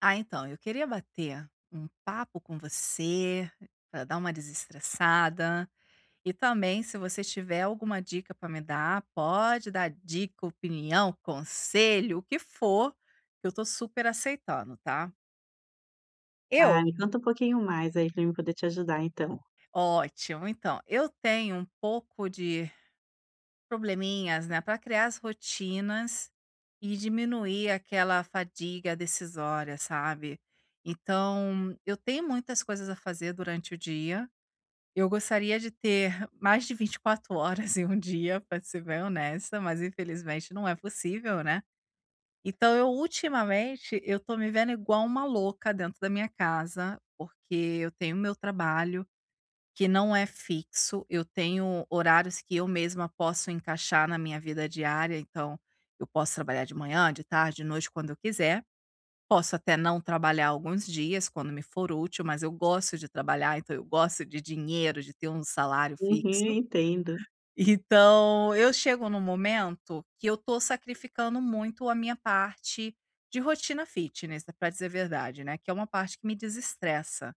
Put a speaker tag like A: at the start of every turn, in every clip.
A: Ah, então, eu queria bater um papo com você para dar uma desestressada. E também, se você tiver alguma dica para me dar, pode dar dica, opinião, conselho, o que for, que eu tô super aceitando, tá?
B: Ah,
A: Eu?
B: me conta um pouquinho mais aí para mim poder te ajudar então.
A: Ótimo. Então, eu tenho um pouco de probleminhas, né, para criar as rotinas e diminuir aquela fadiga decisória, sabe? Então, eu tenho muitas coisas a fazer durante o dia. Eu gostaria de ter mais de 24 horas em um dia, para ser bem honesta, mas infelizmente não é possível, né. Então, eu ultimamente, eu tô me vendo igual uma louca dentro da minha casa, porque eu tenho meu trabalho, que não é fixo, eu tenho horários que eu mesma posso encaixar na minha vida diária, então eu posso trabalhar de manhã, de tarde, de noite, quando eu quiser. Posso até não trabalhar alguns dias, quando me for útil, mas eu gosto de trabalhar, então eu gosto de dinheiro, de ter um salário
B: Uhum,
A: fixo.
B: entendo.
A: Então, eu chego num momento que eu tô sacrificando muito a minha parte de rotina fitness, para dizer a verdade, né, que é uma parte que me desestressa.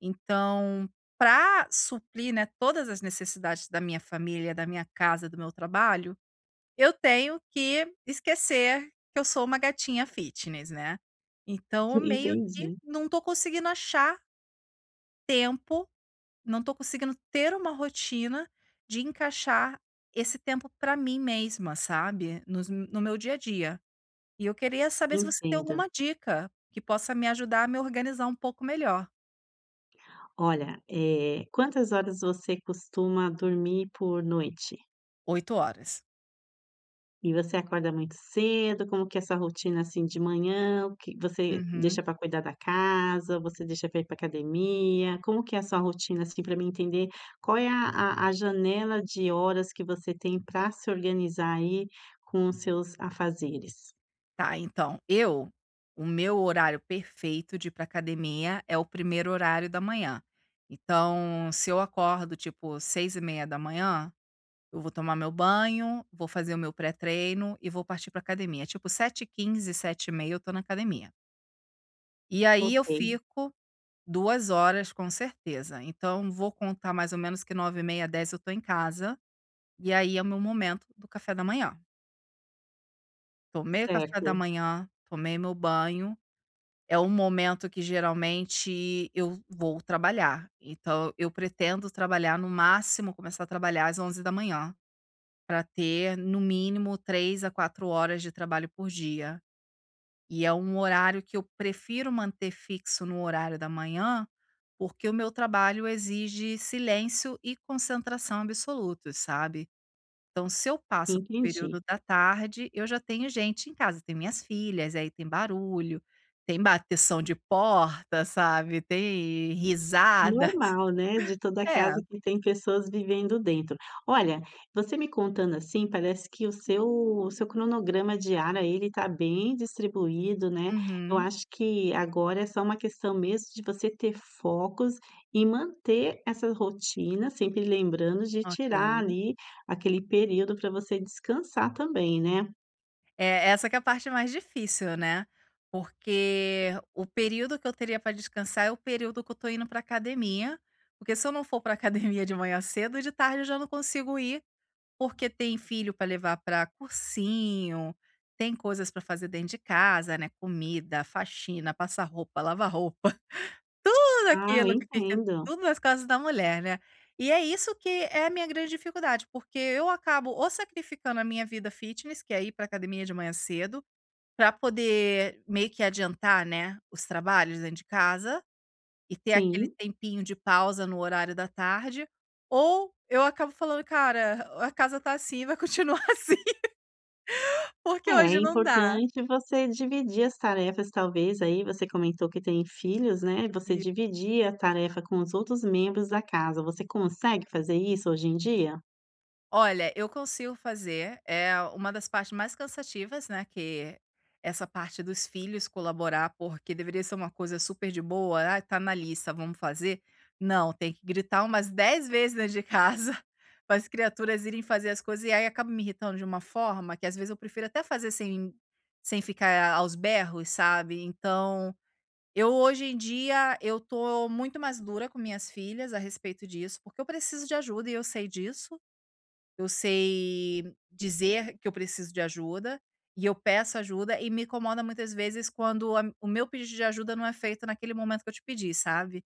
A: Então, para suprir, né, todas as necessidades da minha família, da minha casa, do meu trabalho, eu tenho que esquecer que eu sou uma gatinha fitness, né. Então, eu meio que
B: Entendi,
A: não tô conseguindo achar tempo, não tô conseguindo ter uma rotina de encaixar esse tempo pra mim mesma, sabe, nos no meu dia a dia. E eu queria saber se você tem
B: entendo.
A: alguma dica que possa me ajudar a me organizar um pouco melhor.
B: Olha, quantas horas você costuma dormir por noite?
A: 8 horas.
B: E você acorda muito cedo? Como que é essa rotina, assim, de manhã? O que você
A: Uhum.
B: deixa para cuidar da casa? Você deixa para ir para academia? Como que é a sua rotina, assim, para mim entender qual é a a janela de horas que você tem para se organizar aí com os seus afazeres?
A: Tá, então, eu o meu horário perfeito de ir pra academia é o primeiro horário da manhã. Então, se eu acordo, tipo, 6h30 da manhã, eu vou tomar meu banho, vou fazer o meu pré-treino e vou partir pra academia. Tipo sete h 15, 7h30, eu tô na academia. E aí eu
B: Ok,
A: fico 2 horas com certeza. Então vou contar mais ou menos que 9h30, dez, eu tô em casa, e aí é o meu momento do café da manhã. Tomei o café da
B: certo.
A: manhã, tomei meu banho. É um momento que geralmente eu vou trabalhar, então eu pretendo trabalhar, no máximo começar a trabalhar às 11 da manhã, para ter no mínimo 3 a 4 horas de trabalho por dia. E é um horário que eu prefiro manter fixo no horário da manhã, porque o meu trabalho exige silêncio e concentração absolutos, sabe. Então, se eu passo para
B: Entendi.
A: período da tarde, eu já tenho gente em casa, tem minhas filhas, aí tem barulho, tem bateção de porta, sabe, tem risada.
B: Normal, né, de toda
A: É,
B: casa que tem pessoas vivendo dentro. Olha, você me contando assim, parece que o seu cronograma diário aí, ele tá bem distribuído, né. Eu
A: uhum,
B: acho que agora é só uma questão mesmo de você ter focos e manter essa rotina, sempre lembrando de
A: ok.
B: tirar ali aquele período para você descansar também, né.
A: É, essa que é a parte mais difícil, né, porque o período que eu teria para descansar é o período que eu tô indo para academia, porque se eu não for para academia de manhã cedo, de tarde eu já não consigo ir. Porque tem filho para levar para cursinho, tem coisas para fazer dentro de casa, né, comida, faxina, passar roupa, lavar roupa, tudo
B: Ah, eu
A: aquilo que fica
B: entendo.
A: tudo nas costas da mulher, né. E é isso que é a minha grande dificuldade, porque eu acabo ou sacrificando a minha vida fitness, que é ir pra academia de manhã cedo, para poder meio que adiantar, né, os trabalhos dentro de casa e ter aquele
B: Sim.
A: tempinho de pausa no horário da tarde, ou eu acabo falando: "Cara, a casa tá assim, vai continuar assim, porque
B: É, é
A: hoje não dá".
B: importante você dividir as tarefas, talvez, aí você comentou que tem filhos, né, você dividir a tarefa com os outros membros da casa. Você consegue fazer isso hoje em dia?
A: Olha, eu consigo fazer, é uma das partes mais cansativas, né, que essa parte dos filhos colaborar, porque deveria ser uma coisa super de boa, "Ah, tá na lista, vamos fazer". Não, tem que gritar umas 10 vezes dentro de casa para as criaturas irem fazer as coisas, e aí acaba me irritando de uma forma que às vezes eu prefiro até fazer sem ficar aos berros, sabe. Então, eu hoje em dia, eu tô muito mais dura com minhas filhas a respeito disso, porque eu preciso de ajuda e eu sei disso. Eu sei dizer que eu preciso de ajuda, e eu peço ajuda, e me incomoda muitas vezes quando a o meu pedido de ajuda não é feito naquele momento que eu te pedi, sabe.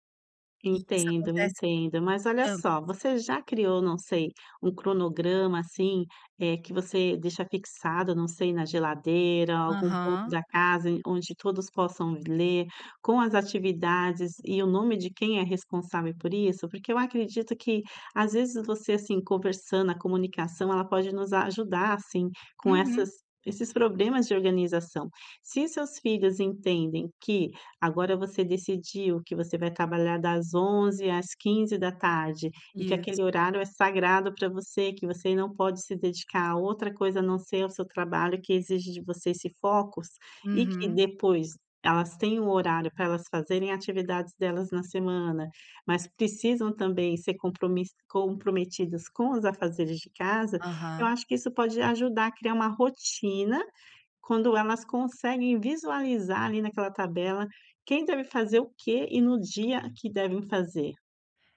A: E isso
B: Entendo,
A: acontece
B: entendo. Mas olha
A: tanto.
B: só, você já criou, não sei, um cronograma assim, que você deixa fixado, não sei, na geladeira, algum ponto
A: Aham.
B: da casa em onde todos possam ler, com as atividades e o nome de quem é responsável por isso? Porque eu acredito que, às vezes, você assim, conversando, a comunicação, ela pode nos ajudar assim, com
A: Uhum.
B: essas esses problemas de organização. Se seus filhos entendem que agora você decidiu que você vai trabalhar das 11 às da tarde e que
A: Isso.
B: aquele horário é sagrado para você, que você não pode se dedicar a outra coisa a não ser ao seu trabalho que exige de você esse foco, e que
A: Uhum.
B: depois elas têm um horário para elas fazerem atividades delas na semana, mas precisam também ser compromis comprometidas com os afazeres de casa, eu
A: Aham.
B: acho que isso pode ajudar a criar uma rotina quando elas conseguem visualizar ali naquela tabela, quem deve fazer o quê e no dia que devem fazer.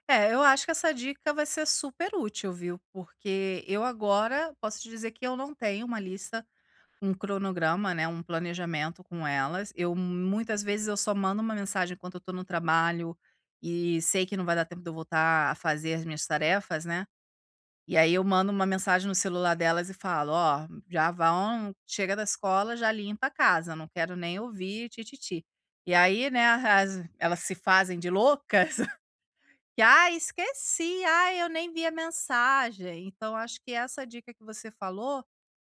A: É, eu acho que essa dica vai ser super útil, viu, porque eu agora posso te dizer que eu não tenho uma lista. Um cronograma, né, um planejamento com elas. Eu, muitas vezes, eu só mando uma mensagem enquanto eu tô no trabalho e sei que não vai dar tempo de eu voltar a fazer as minhas tarefas, né. E aí eu mando uma mensagem no celular delas e falo: "Ó, já vão chega da escola, já limpa a casa, não quero nem ouvir ti". E aí, né, as elas se fazem de loucas, que: "Ai, esqueci. Ah, eu nem vi a mensagem". Então acho que essa dica que você falou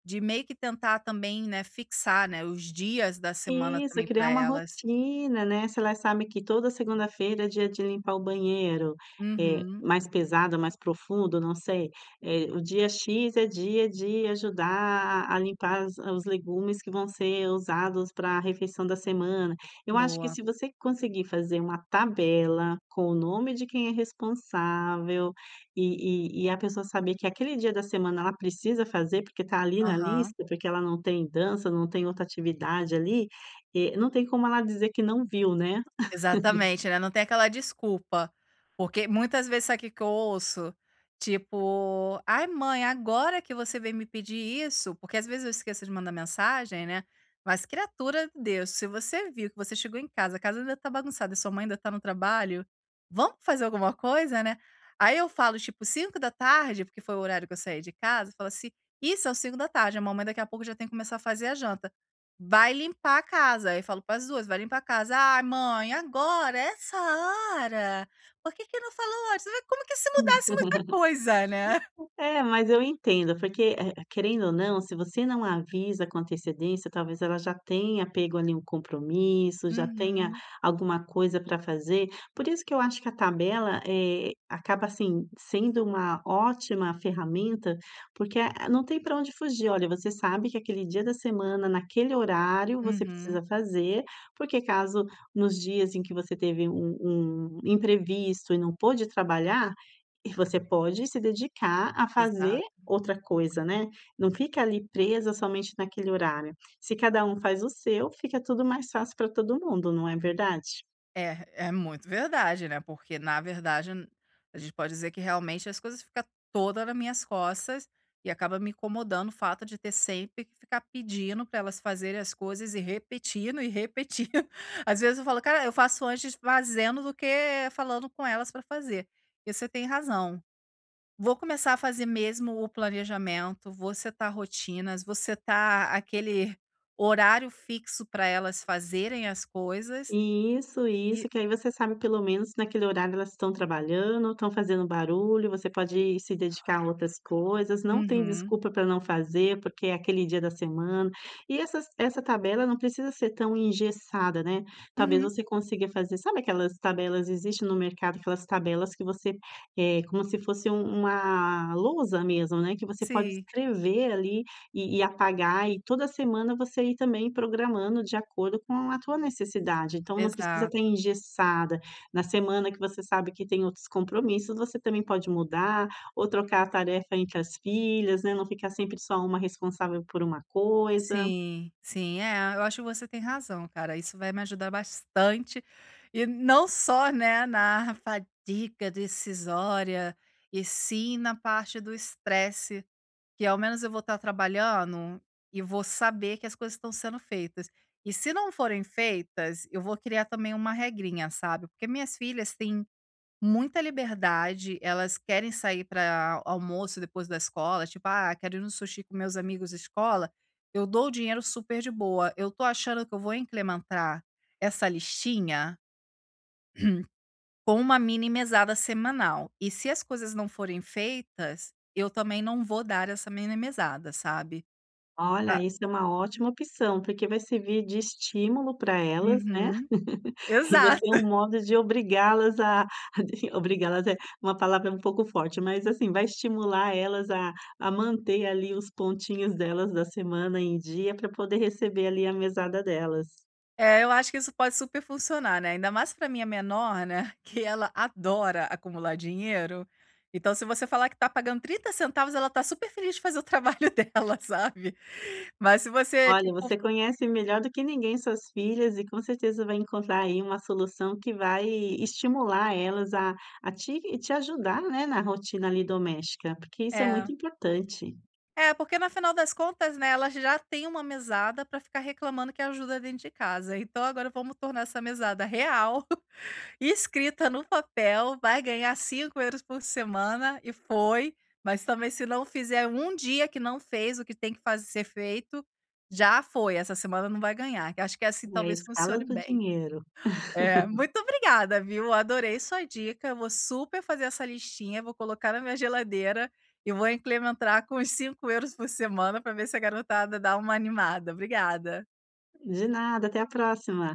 A: de meio que tentar também, né, fixar, né, os dias da semana
B: Isso,
A: também para
B: criar uma
A: elas.
B: rotina, né, se ela sabe que toda segunda-feira é dia de limpar o banheiro, é
A: Uhum.
B: mais pesado, mais profundo, não sei, o dia X é dia de ajudar a limpar as os legumes que vão ser usados para a refeição da semana. Eu acho que
A: Boa.
B: se você conseguir fazer uma tabela com o nome de quem é responsável e a pessoa saber que aquele dia da semana ela precisa fazer, porque está ali na
A: Aham.
B: lista, porque ela não tem dança, não tem outra atividade ali, não tem como ela dizer que não viu, né.
A: Exatamente, né, não tem aquela desculpa, porque muitas vezes sabe o que que eu ouço? Tipo: "Ai mãe, agora que você veio me pedir isso", porque às vezes eu esqueço de mandar mensagem, né, mas, criatura de Deus, se você viu que você chegou em casa, a casa ainda tá bagunçada e sua mãe ainda tá no trabalho, vamos fazer alguma coisa, né. Aí eu falo tipo cinco da tarde, porque foi o horário que eu saí de casa, eu falo assim: "Ih, são 17h, a mamãe daqui a pouco já tem que começar a fazer a janta". Vai limpar a casa. Aí eu falo para as 2, vai limpar a casa. "Ai mãe, agora, essa hora? Por que que não falou antes?" Como que se mudasse muita coisa, né.
B: É, mas eu entendo, porque, querendo ou não, se você não avisa com antecedência, talvez ela já tenha pego ali um compromisso, já tenha
A: Uhum,
B: alguma coisa para fazer. Por isso que eu acho que a tabela, acaba, assim, sendo uma ótima ferramenta, porque a não tem para onde fugir. Olha, você sabe que aquele dia da semana, naquele horário, você
A: uhum,
B: precisa fazer, porque caso nos dias em que você teve um imprevisto e não pôde trabalhar, e você pode se dedicar a fazer
A: exato.
B: outra coisa, né, não fica ali presa somente naquele horário. Se cada um faz o seu, fica tudo mais fácil para todo mundo, não é verdade?
A: É, é muito verdade, né, porque na verdade a gente pode dizer que realmente as coisas ficam toda nas minhas costas, e acaba me incomodando o fato de ter sempre que ficar pedindo para elas fazerem as coisas e repetindo e repetindo. Às vezes eu falo: "Cara, eu faço antes fazendo do que falando com elas para fazer". E você tem razão. Vou começar a fazer mesmo o planejamento, vou setar rotinas, vou setar aquele horário fixo para elas fazerem as coisas.
B: Isso,
A: E
B: isso, que aí você sabe pelo menos naquele horário elas estão trabalhando, estão fazendo barulho, você pode se dedicar a outras coisas, não tem
A: uhum.
B: desculpa para não fazer, porque é aquele dia da semana. E essa tabela não precisa ser tão engessada, né. Talvez
A: Uhum,
B: você consiga fazer sabe aquelas tabelas existe no mercado aquelas tabelas que você, é como se fosse uma lousa mesmo, né, que você pode
A: sim,
B: escrever ali e apagar, e toda semana você ir também programando de acordo com a tua necessidade, então não precisa estar
A: exato.
B: engessada. Na semana que você sabe que tem outros compromissos, você também pode mudar ou trocar a tarefa entre as filhas, né, não ficar sempre só uma responsável por uma coisa.
A: Sim, sim, é, eu acho que você tem razão, cara, isso vai me ajudar bastante, e não só, né, na fadiga decisória, e sim na parte do estresse, que ao menos eu vou estar trabalhando e vou saber que as coisas estão sendo feitas. E se não forem feitas, eu vou criar também uma regrinha, sabe, porque minhas filhas têm muita liberdade, elas querem sair para almoço depois da escola, tipo: "Ah, quero ir no sushi com meus amigos da escola", eu dou o dinheiro super de boa. Eu tô achando que eu vou implementar essa listinha com uma mini mesada semanal. E se as coisas não forem feitas, eu também não vou dar essa mini mesada, sabe. Ah,
B: Olha, isso é uma ótima opção, porque vai servir de estímulo para elas, né,
A: uhum.
B: e vai ser
A: Exato.
B: um modo de obrigá-las a obrigá-las é uma palavra um pouco forte, mas, assim, vai estimular elas a manter ali os pontinhos delas da semana em dia para poder receber ali a mesada delas.
A: É, eu acho que isso pode super funcionar, né, ainda mais para minha menor, né, que ela adora acumular dinheiro, então se você falar que tá pagando 30 centavos, ela tá super feliz de fazer o trabalho dela, sabe. Mas se você,
B: Olha,
A: tipo,
B: você conhece melhor do que ninguém suas filhas e com certeza vai encontrar aí uma solução que vai estimular elas a te ajudar, né, na rotina ali doméstica, porque isso é muito
A: é.
B: importante,
A: É, porque no final das contas, né, ela já tem uma mesada para ficar reclamando que ajuda dentro de casa, então agora vamos tornar essa mesada real. Escrita no papel, vai ganhar 5 euros por semana e foi, mas também se não fizer um dia que não fez o que tem que fazer ser feito, já foi, essa semana não vai ganhar, que acho que é assim
B: é a
A: talvez
B: escala
A: funcione
B: do
A: bem.
B: dinheiro.
A: É, muito obrigada, viu, adorei sua dica, eu vou super fazer essa listinha, vou colocar na minha geladeira e vou implementar com os 5 euros por semana para ver se a garotada dá uma animada. Obrigada.
B: De nada, até a próxima.